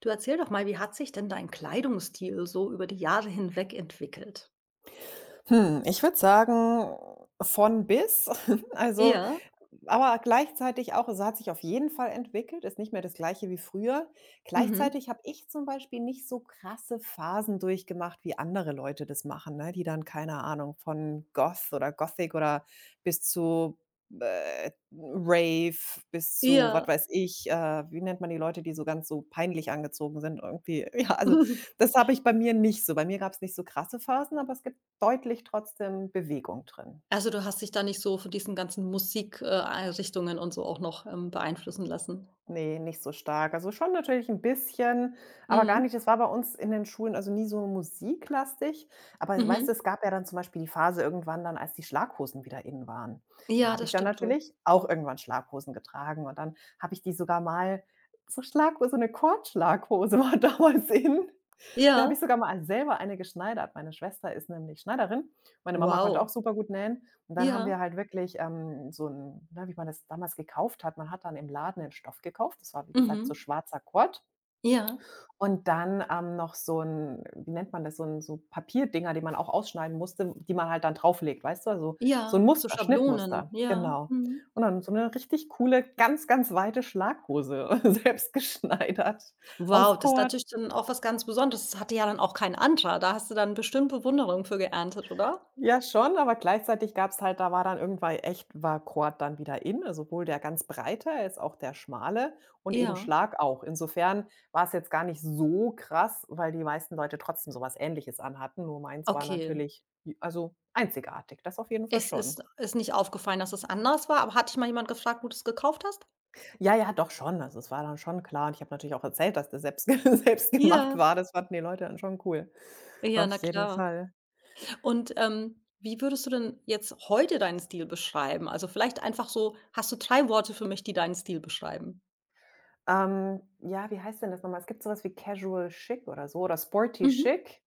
Du erzähl doch mal, wie hat sich denn dein Kleidungsstil so über die Jahre hinweg entwickelt? Hm, ich würde sagen, von bis. Also, Ja, aber gleichzeitig auch also hat sich auf jeden Fall entwickelt, ist nicht mehr das Gleiche wie früher. mhm, Gleichzeitig habe ich zum Beispiel nicht so krasse Phasen durchgemacht, wie andere Leute das machen, ne, die dann, keine Ahnung, von Goth oder Gothic oder bis zu, äh, Rave, bis zu, was ja. weiß ich, wie nennt man die Leute, die so ganz so peinlich angezogen sind irgendwie? Ja, also, das habe ich bei mir nicht so. Bei mir gab es nicht so krasse Phasen, aber es gibt deutlich trotzdem Bewegung drin. Also, du hast dich da nicht so von diesen ganzen Musikrichtungen und so auch noch beeinflussen lassen? Ne, nicht so stark. Also, schon natürlich ein bisschen, aber gar Mhm. nicht. Es war bei uns in den Schulen, also, nie so musiklastig. Aber weißt du, Mhm. es gab ja dann zum Beispiel die Phase irgendwann dann, als die Schlaghosen wieder in waren. Da Ja, habe das ich dann stimmt wohl. natürlich auch irgendwann Schlaghosen getragen und dann habe ich die sogar mal so 'ne Kordschlaghose war damals in. Da habe Ja. ich sogar mal selber eine geschneidert. Meine Schwester ist nämlich Schneiderin. Meine Mama konnte Wow. auch super gut nähen. Und dann haben Ja. wir halt wirklich, so 'n ne, wie man das damals gekauft hat man hat dann im Laden den Stoff gekauft. Das war, wie gesagt, so Mhm. schwarzer Kord Ja. und dann, noch so 'n wie nennt man das, so 'n so Papierdinger, die man auch ausschneiden musste, die man halt dann drauflegt, weißt du? Also, so 'n Ja. So Muster, Schablonen. Schnittmuster, Ja. genau. Mhm. Und dann so 'ne richtig coole, ganz, ganz weite Schlaghose, selbst geschneidert Wow, aus das ist Kord. natürlich dann auch was ganz Besonderes. Das hatte ja dann auch kein anderer. Da hast du dann bestimmt Bewunderung für geerntet, oder? Ja, schon, aber gleichzeitig gab's halt da war dann irgendwann echt war Quad dann wieder in, also sowohl der ganz breite als auch der schmale und eben Ja. Schlag auch. Insofern war's jetzt gar nicht so krass, weil die meisten Leute trotzdem so was Ähnliches anhatten, nur meins war Okay. natürlich also einzigartig, das auf jeden Fall Es schon. ist ist nicht aufgefallen, dass es anders war, aber hat dich mal jemand gefragt, wo du's gekauft hast? Ja, ja, doch schon. Also, es war dann schon klar und ich habe natürlich auch erzählt, dass der selbst selbst gemacht Ja, war. Das fanden die Leute dann schon cool. ja, Auf na jeden klar. Fall. Und, wie würdest du denn jetzt heute deinen Stil beschreiben? Also, vielleicht einfach so hast du drei Worte für mich, die deinen Stil beschreiben? Ja, wie heißt denn das nochmal? Es gibt so was wie Casual Chic oder so oder Sporty Mhm, Chic.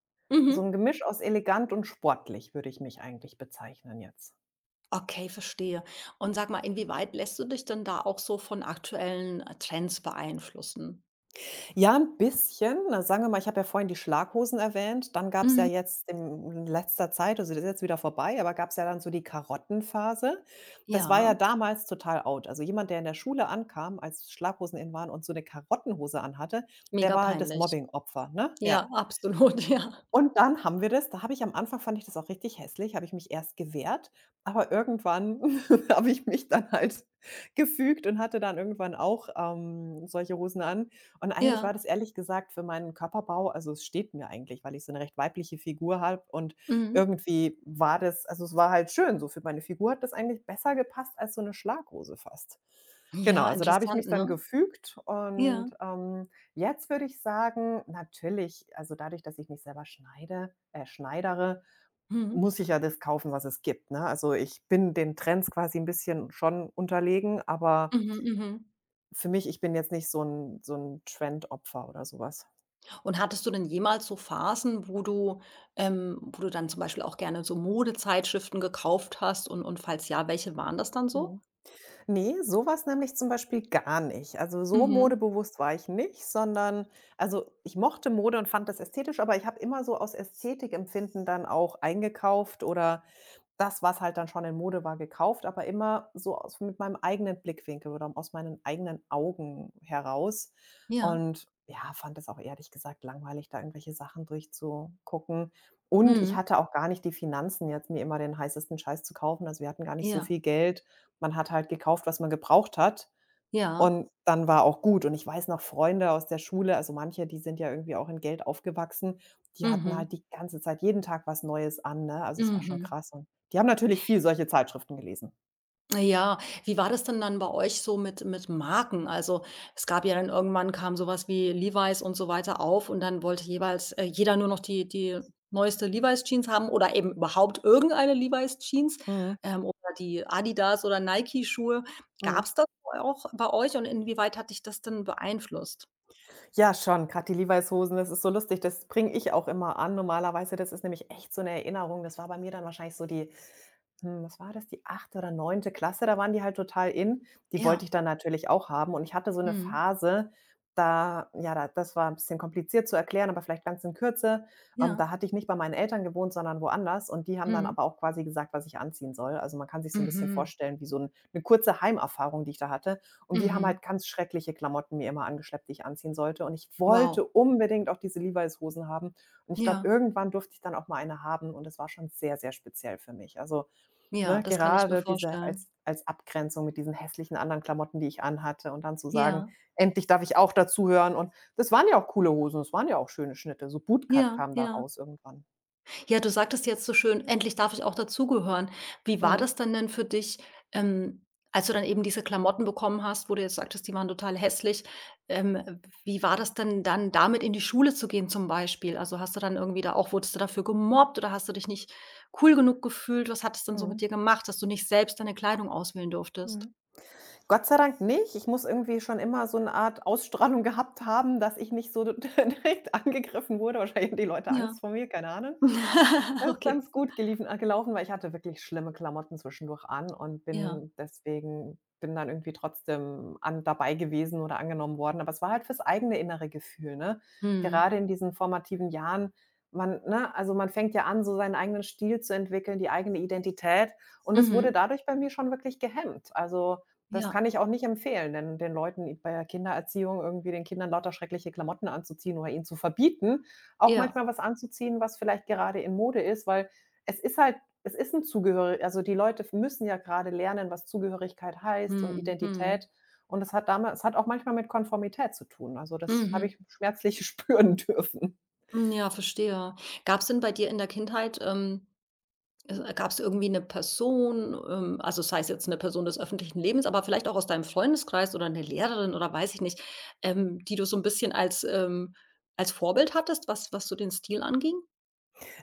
So mhm. ein Gemisch aus elegant und sportlich würde ich mich eigentlich bezeichnen jetzt. Okay, verstehe. Und sag mal, inwieweit lässt du dich denn da auch so von aktuellen, Trends beeinflussen? Ja, ein bisschen. Na, sagen wir mal, ich habe ja vorhin die Schlaghosen erwähnt. Dann gab es ja Mhm, jetzt im in letzter Zeit, also, das ist jetzt wieder vorbei, aber gab es ja dann so die Karottenphase. Das war ja ja, damals total out. Also, jemand, der in der Schule ankam, als Schlaghosen in waren und so eine Karottenhose anhatte, der mega war halt das peinlich. Mobbing-Opfer, ne? Ja. Ja, absolut, ja. Und dann haben wir das da habe ich am Anfang fand ich das auch richtig hässlich, habe ich mich erst gewehrt, aber irgendwann habe ich mich dann halt gefügt und hatte dann irgendwann auch, solche Hosen an. Und eigentlich war Ja, das ehrlich gesagt für meinen Körperbau also, es steht mir eigentlich, weil ich so eine recht weibliche Figur habe und mhm. irgendwie war das also, es war halt schön so. Für meine Figur hat das eigentlich besser gepasst als so eine Schlaghose fast. Genau, Ja, also, da habe ich interessant, mich ne? dann gefügt und, Ja. ähm Jetzt würde ich sagen, natürlich, also dadurch, dass ich mich selber schneidere, Mhm. muss ich ja das kaufen, was es gibt, ne? Also, ich bin den Trends quasi ein bisschen schon unterlegen, aber Mhm, mhm. für mich ich bin jetzt nicht so ein so 'n Trendopfer oder sowas. Und hattest du denn jemals so Phasen, wo du dann zum Beispiel auch gerne so Modezeitschriften gekauft hast und falls ja, welche waren das dann so? Mhm. Ne, sowas nämlich zum Beispiel gar nicht. Also, so Mhm. modebewusst war ich nicht, sondern also, ich mochte Mode und fand das ästhetisch, aber ich habe immer so aus Ästhetikempfinden dann auch eingekauft oder das, was halt dann schon in Mode war, gekauft, aber immer so aus mit meinem eigenen Blickwinkel oder aus meinen eigenen Augen heraus. Ja. Und ja, fand es auch ehrlich gesagt langweilig, da irgendwelche Sachen durchzugucken. Und ich Mhm. hatte auch gar nicht die Finanzen, jetzt mir immer den heißesten Scheiß zu kaufen. Also wir hatten gar nicht so Ja, viel Geld. Man hat halt gekauft, was man gebraucht hat. ja. Und dann war auch gut. Und ich weiß noch, Freunde aus der Schule, also manche, die sind ja irgendwie auch in Geld aufgewachsen, die hatten Mhm. halt die ganze Zeit jeden Tag was Neues an, ne? Also, es war schon Mhm. krass. Und die haben natürlich viel solche Zeitschriften gelesen. Ja, wie war das denn dann bei euch so mit Marken? Also, es gab ja dann irgendwann kam sowas wie Levi's und so weiter auf und dann wollte jeweils, jeder nur noch die neueste Levi's Jeans haben oder eben überhaupt irgendeine Levi's Jeans, Mhm, oder die Adidas oder Nike Schuhe. mhm. Gab's das auch bei euch und inwieweit hat dich das denn beeinflusst? Ja, schon, gerade die Levi's-Hosen, das ist so lustig, das bringe ich auch immer an normalerweise. Das ist nämlich echt so eine Erinnerung. Das war bei mir dann wahrscheinlich so die Hm, was war das? Die achte oder neunte Klasse, da waren die halt total in. Die wollte ich Ja. dann natürlich auch haben und ich hatte so eine Mhm. Phase, da ja, da das war ein bisschen kompliziert zu erklären, aber vielleicht ganz in Kürze, Ja. da hatte ich nicht bei meinen Eltern gewohnt, sondern woanders und die haben dann Mhm. aber auch quasi gesagt, was ich anziehen soll. Also, man kann sich so ein bisschen Mhm. vorstellen, wie so 'n 'ne kurze Heimerfahrung, die ich da hatte und die haben Mhm. halt ganz schreckliche Klamotten mir immer angeschleppt, die ich anziehen sollte und ich wollte Wow. unbedingt auch diese Levi's Hosen haben und ich glaube, Ja. irgendwann durfte ich dann auch mal eine haben und es war schon sehr, sehr speziell für mich. Also, Ja, ne, das kann ich mir gerade diese vorstellen. als Abgrenzung mit diesen hässlichen anderen Klamotten, die ich anhatte und dann zu sagen: Ja. „Endlich darf ich auch dazugehören." Und das waren ja auch coole Hosen, das waren ja auch schöne Schnitte. So Bootcut Ja, kam da ja. raus irgendwann. Ja, du sagtest jetzt so schön: „Endlich darf ich auch dazugehören.“ Wie war Mhm. das denn denn für dich, ähm, als du dann eben diese Klamotten bekommen hast, wo du jetzt sagtest, die waren total hässlich? Wie war das denn dann, damit in die Schule zu gehen zum Beispiel? Also, hast du dann irgendwie da auch wurdest du dafür gemobbt oder hast du dich nicht cool genug gefühlt? Was hat es denn so mit Mhm. dir gemacht, dass du nicht selbst deine Kleidung auswählen durftest? Mhm. Gott sei Dank nicht. Ich muss irgendwie schon immer so 'ne Art Ausstrahlung gehabt haben, dass ich nicht so d direkt angegriffen wurde. Wahrscheinlich haben die Leute Ja. Angst vor mir, keine Ahnung. Das ist Okay. ganz gut geliefen gelaufen, weil ich hatte wirklich schlimme Klamotten zwischendurch an und Ja. Bin dann irgendwie trotzdem an dabei gewesen oder angenommen worden. Aber es war halt fürs eigene innere Gefühl, ne? Mhm. Gerade in diesen formativen Jahren, man ne, also man fängt ja an, so seinen eigenen Stil zu entwickeln, die eigene Identität und das wurde Mhm. dadurch bei mir schon wirklich gehemmt. Also, das kann Ja. ich auch nicht empfehlen, denn den Leuten bei der Kindererziehung irgendwie den Kindern lauter schreckliche Klamotten anzuziehen oder ihnen zu verbieten, auch Ja. manchmal was anzuziehen, was vielleicht gerade in Mode ist, weil es ist halt es ist ein Zugehörig, also, die Leute müssen ja gerade lernen, was Zugehörigkeit heißt und Mhm, mhm. Identität. Und es hat damals es hat auch manchmal mit Konformität zu tun. Also, das habe Mhm. ich schmerzlich spüren dürfen. Hm, ja, verstehe. Gab's denn bei dir in der Kindheit gab's irgendwie 'ne Person, also, sei es jetzt 'ne Person des öffentlichen Lebens, aber vielleicht auch aus deinem Freundeskreis oder 'ne Lehrerin oder weiß ich nicht, die du so 'n bisschen als Vorbild hattest, was so den Stil anging?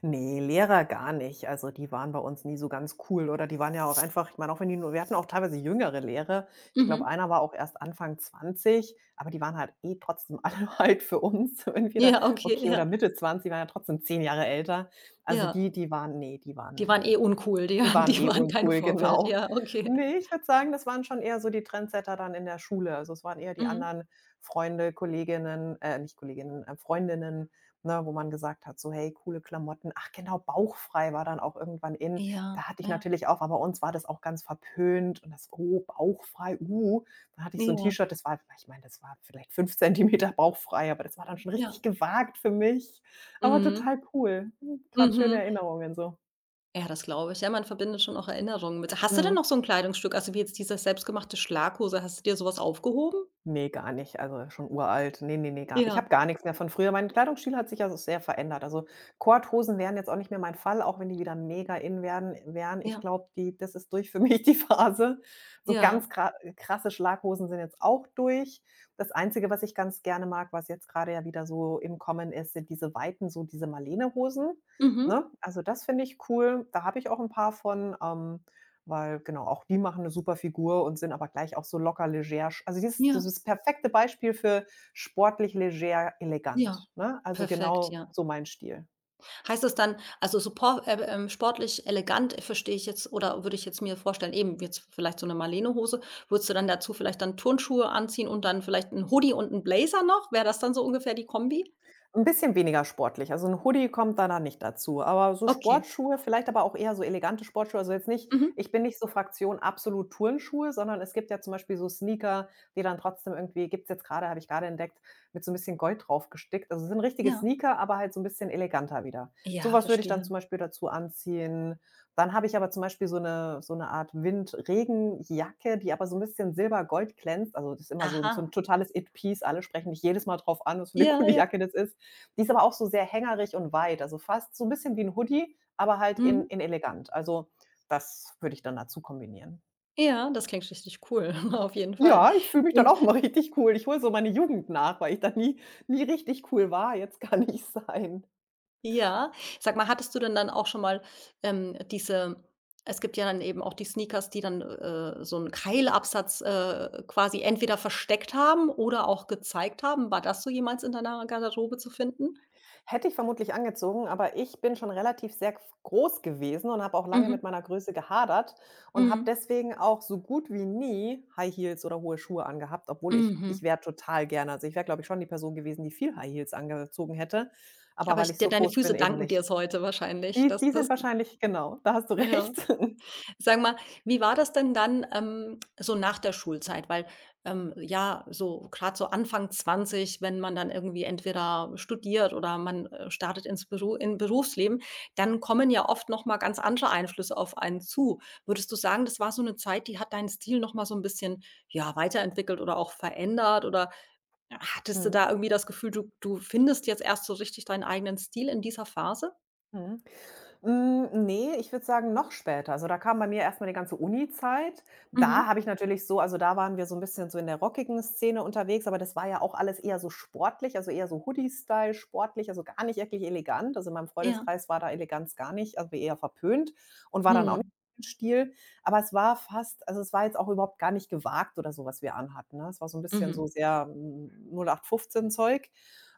Nee, Lehrer gar nicht. Also, die waren bei uns nie so ganz cool oder die waren ja auch einfach ich meine, auch wenn die nur wir hatten auch teilweise jüngere Lehrer. Ich glaube, Mhm. einer war auch erst Anfang 20, aber die waren halt eh trotzdem alle halt für uns entweder Ja, okay, okay, oder ja, Mitte 20 waren ja trotzdem 10 Jahre älter. Also, ja. die die waren nee, Die waren eh uncool, die die waren waren die eh waren kein uncool, Vorbild. genau. Ja, okay. Ne, ich würde sagen, das waren schon eher so die Trendsetter dann in der Schule. Also, es waren eher die Mhm. anderen Freunde, Kolleginnen nicht Kolleginnen, Freundinnen, ne, wo man gesagt hat, so: „Hey, coole Klamotten." Ach genau, bauchfrei war dann auch irgendwann in. Ja, Da hatte ich ja, natürlich auch aber bei uns war das auch ganz verpönt und das: „Oh, bauchfrei, uh." Dann hatte ich so ein ja, T-Shirt, das war ich meine, das war vielleicht 5 cm bauchfrei, aber das war dann schon ja. richtig gewagt für mich, aber Mhm, total cool. Gerade schöne mhm. Erinnerungen so. Ja, das glaube ich. Ja, man verbindet schon auch Erinnerungen mit. Hast du denn Mhm. noch so 'n Kleidungsstück, also wie jetzt diese selbstgemachte Schlaghose, hast du dir so was aufgehoben? Ne, gar nicht, also schon uralt. Ne, ne, ne, gab ich habe Ja, gar nix mehr von früher. Mein Kleidungsstil hat sich ja so sehr verändert. Also, Korthosen wären jetzt auch nicht mehr mein Fall, auch wenn die wieder mega in werden wären. Ich ja, glaube, die das ist durch für mich die Phase. So ja. ganz krasse Schlaghosen sind jetzt auch durch. Das Einzige, was ich ganz gerne mag, was jetzt grade ja wieder so im Kommen ist, sind diese weiten, so diese marlene, Mhm. ne? Also, das finde ich cool. Da habe ich auch 'n paar von, weil genau, auch die machen 'ne super Figur und sind aber gleich auch so locker leger sch also, dieses das Ja, ist das perfekte Beispiel für sportlich, leger, ja. elegant, ne? Also, Perfekt, genau ja. so mein Stil. Heißt das dann also so por sportlich elegant verstehe ich jetzt oder würde ich jetzt mir vorstellen, eben jetzt vielleicht so 'ne Marlenehose, würdest du dann dazu vielleicht dann Turnschuhe anziehen und dann vielleicht 'n Hoodie und 'n Blazer noch? Wäre das dann so ungefähr die Kombi? Ein bisschen weniger sportlich. Also 'n Hoodie kommt da dann nicht dazu, aber so Okay. Sportschuhe, vielleicht aber auch eher so elegante Sportschuhe. Also jetzt nicht Mhm. ich bin nicht so Fraktion absolut Turnschuhe, sondern es gibt ja zum Beispiel so Sneaker, die dann trotzdem irgendwie gibt's jetzt gerade, habe ich gerade entdeckt, mit so ein bisschen Gold drauf gestickt. Also es sind richtige Ja. Sneaker, aber halt so ein bisschen eleganter wieder. So Ja, was würde ich dann verstehe. zum Beispiel dazu anziehen. Dann habe ich aber zum Beispiel so eine Art Windregenjacke, die aber so ein bisschen silber-gold glänzt. Also das ist immer so ein so 'n Aha. totales It-Piece. Alle sprechen mich jedes Mal drauf an, was für eine Ja, coole ja. Jacke das ist. Die ist aber auch so sehr hängerig und weit, also fast so ein bisschen wie ein Hoodie, aber halt in Mhm. in elegant. Also, das würde ich dann dazu kombinieren. Ja, das klingt richtig cool, auf jeden Fall. Ja, ich fühle mich dann Und auch mal richtig cool. Ich hole so meine Jugend nach, weil ich da nie richtig cool war. Jetzt kann ich sein. ja, sag mal, hattest du denn dann auch schon mal, diese es gibt ja dann eben auch die Sneakers, die dann, so einen Keilabsatz, quasi entweder versteckt haben oder auch gezeigt haben. War das so jemals in deiner Garderobe zu finden? Hätte ich vermutlich angezogen, aber ich bin schon relativ sehr gf groß gewesen und habe auch lange mit Mhm. meiner Größe gehadert und habe Mhm. deswegen auch so gut wie nie High Heels oder hohe Schuhe angehabt, obwohl ich Mhm. wäre total gerne also, ich wäre, glaube ich, schon die Person gewesen, die viel High Heels angezogen hätte, aber Aber weil ich ich de so deine groß Füße bin, eben danken dir nicht. es heute wahrscheinlich, Die dass die das sind wahrscheinlich genau, da hast du ja. recht. Sag mal, wie war das denn dann, so nach der Schulzeit? Weil, ja, so gerade so Anfang 20, wenn man dann irgendwie entweder studiert oder man, startet ins Beru in Berufsleben, dann kommen ja oft noch mal ganz andere Einflüsse auf einen zu. Würdest du sagen, das war so eine Zeit, die hat deinen Stil noch mal so ein bisschen, ja, weiterentwickelt oder auch verändert? Oder hattest du Mhm, da irgendwie das Gefühl, du findest jetzt erst so richtig deinen eigenen Stil in dieser Phase? mhm. Hm, ne, ich würde sagen, noch später. Also, da kam bei mir erstmal die ganze Uni-Zeit. Mhm. Da habe ich natürlich so also, da waren wir so ein bisschen so in der rockigen Szene unterwegs, aber das war ja auch alles eher so sportlich, also eher so Hoodie-Style, sportlich, also gar nicht wirklich elegant. Also in meinem Ja. Freundeskreis war da Eleganz gar nicht, also eher verpönt und war dann auch nicht Mhm. so mein Stil. Aber es war fast also, es war jetzt auch überhaupt gar nicht gewagt oder so, was wir anhatten, ne? Es war so ein bisschen Mhm. so sehr, null acht fünfzehn Zeug.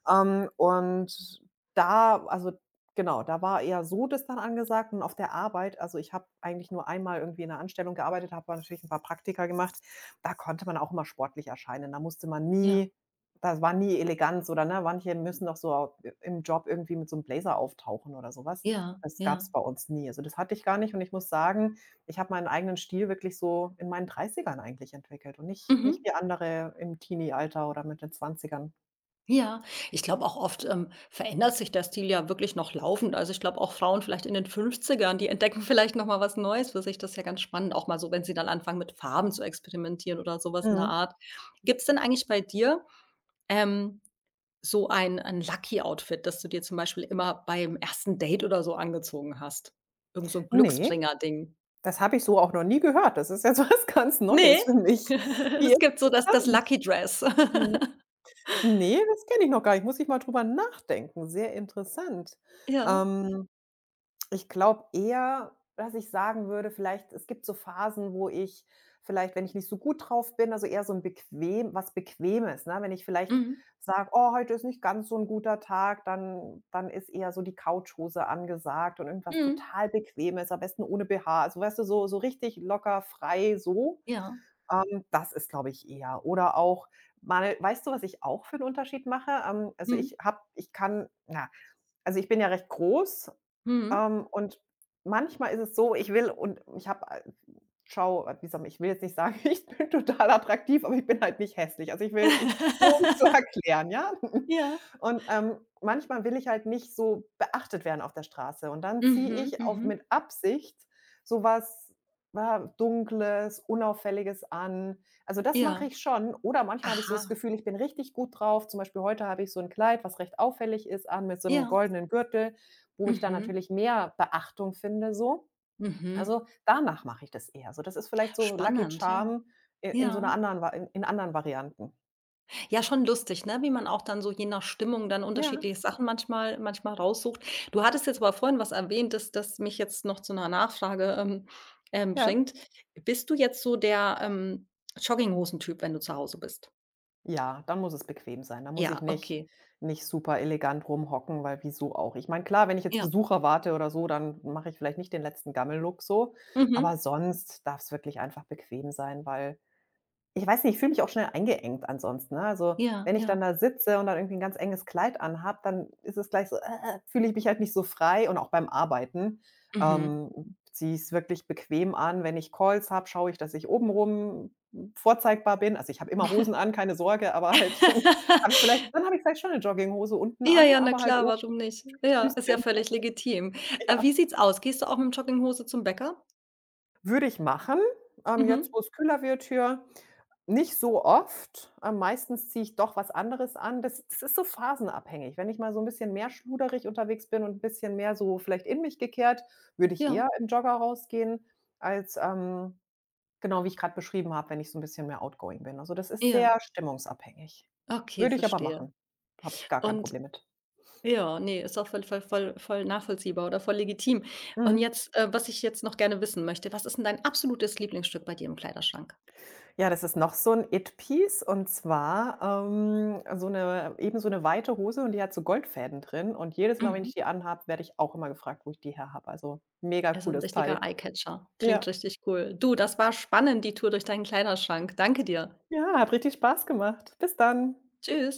Ähm, und da also, Genau, da war eher so das dann angesagt und auf der Arbeit also, ich habe eigentlich nur einmal irgendwie in 'ner Anstellung gearbeitet, habe aber natürlich 'n paar Praktika gemacht. Da konnte man auch immer sportlich erscheinen. Da musste man Ja. nie das war nie Eleganz oder, ne, manche müssen doch so i im Job irgendwie mit so 'm Blazer auftauchen oder so was. Ja, Das ja. gab's bei uns nie. Also das hatte ich gar nicht und ich muss sagen, ich habe meinen eigenen Stil wirklich so in meinen Dreißigern eigentlich entwickelt und nicht Mhm. nicht wie andere im Teenie-Alter oder mit den Zwanzigern. Ja, ich glaube auch oft, verändert sich der Stil ja wirklich noch laufend. Also, ich glaube auch Frauen vielleicht in den Fünfzigern, die entdecken vielleicht noch mal was Neues für sich. Das ist ja ganz spannend, auch mal so, wenn sie dann anfangen, mit Farben zu experimentieren oder sowas in der Mhm. Art. Gibt's denn eigentlich bei dir, ähm, so ein Lucky Outfit, das du dir zum Beispiel immer beim ersten Date oder so angezogen hast? Irgend so ein Ne. Glücksbringer-Ding? Das habe ich so auch noch nie gehört. Das ist jetzt was ganz Ne? Neues für mich. Wie Es gibt so das interessant. Lucky Dress. Mhm. Ne, das kenne ich noch gar nicht. Muss ich mal drüber nachdenken. Sehr interessant. Ja. Ähm, Ich glaube eher, dass ich sagen würde, vielleicht es gibt so Phasen, wo ich vielleicht, wenn ich nicht so gut drauf bin, also eher so ein bequem was Bequemes, ne? Wenn ich vielleicht Mhm. sage: „Oh, heute ist nicht ganz so ein guter Tag“, dann ist eher so die Couchhose angesagt und irgendwas Mhm. total Bequemes, am besten ohne BH. Also, weißt du, so richtig locker, frei so. Ja. Das ist, glaube ich, eher. Oder auch mal weißt du, was ich auch für einen Unterschied mache? Also, Mhm. Ich kann na, also, ich bin ja recht groß Mhm. Und manchmal ist es so, ich will und ich habe schau wie sagt man, ich will jetzt nicht sagen, ich bin total attraktiv, aber ich bin halt nicht hässlich. Also, ich nur um es zu erklären, ja? Ja. Und, manchmal will ich halt nicht so beachtet werden auf der Straße und dann Mhm, ziehe ich auf mhm. mit Absicht so was, ja, Dunkles, Unauffälliges an. Also das mache Ja. ich schon oder manchmal habe ich so Aha. das Gefühl, ich bin richtig gut drauf. Zum Beispiel heute habe ich so ein Kleid, was recht auffällig ist, an mit so einem Ja. goldenen Gürtel, wo ich dann Mhm, natürlich mehr Beachtung finde so. mhm. Also, danach mache ich das eher so. Das ist vielleicht so Lucky Spannend, ja. Charm i in so einer Ja. anderen Va in anderen Varianten. Ja, schon lustig, ne, wie man auch dann so je nach Stimmung dann Ja, unterschiedliche Sachen manchmal raussucht. Du hattest jetzt aber vorhin was erwähnt, das mich jetzt noch zu einer Nachfrage, ja. bringt. Bist du jetzt so der, Jogginghosen-Typ, wenn du zu Hause bist? Ja, dann muss es bequem sein. Da muss ich Ja, nicht okay. nicht super elegant rumhocken, weil wieso auch? Ich meine, klar, wenn ich jetzt Ja. Besucher warte oder so, dann mache ich vielleicht nicht den letzten Gammel-Look so, aber Mhm. sonst darf es wirklich einfach bequem sein, weil ich weiß nicht, ich fühle mich auch schnell eingeengt ansonsten, ne? Also, Ja, wenn ich dann ja. da sitze und dann irgendwie ein ganz enges Kleid anhabe, dann ist es gleich so, fühle ich mich halt nicht so frei und auch beim Arbeiten. Mhm. Ziehe ich's wirklich bequem an. Wenn ich Calls habe, schaue ich, dass ich obenrum vorzeigbar bin. Also ich habe immer Hosen an, keine Sorge, aber halt habe ich vielleicht dann habe ich vielleicht schon eine Jogginghose unten Ja, an, ja, na aber halt klar, oben warum nicht? schönes Ja, ist ja Blüschen. völlig legitim. Wie Ja. sieht's aus? Gehst du auch mit Jogginghose zum Bäcker? Würde ich machen, jetzt, Mhm. wo's kühler wird hier. Nicht so oft, meistens ziehe ich doch was anderes an. Das ist so phasenabhängig. Wenn ich mal so ein bisschen mehr schluderig unterwegs bin und ein bisschen mehr so vielleicht in mich gekehrt, würde ich Ja, eher im Jogger rausgehen als, genau wie ich gerade beschrieben habe, wenn ich so ein bisschen mehr outgoing bin. Also das ist ja. sehr stimmungsabhängig. Okay, Würde ich aber verstehe. machen. Habe ich gar kein Und Problem mit. ja, ne, ist auch voll nachvollziehbar oder voll legitim. Und Mhm. jetzt, was ich jetzt noch gerne wissen möchte, was ist 'n dein absolutes Lieblingsstück bei dir im Kleiderschrank? Ja, das ist noch so ein It-Piece und zwar, so eine eben so eine weite Hose und die hat so Goldfäden drin und jedes Mal, wenn Mhm. ich die anhabe, werde ich auch immer gefragt, wo ich die her habe. Also mega Also, 'n cooles richtiger Teil. Eye-Catcher. Ja. Klingt richtig cool. Du, das war spannend, die Tour durch deinen Kleiderschrank. Danke dir. Ja, hat richtig Spaß gemacht. Bis dann. Tschüss.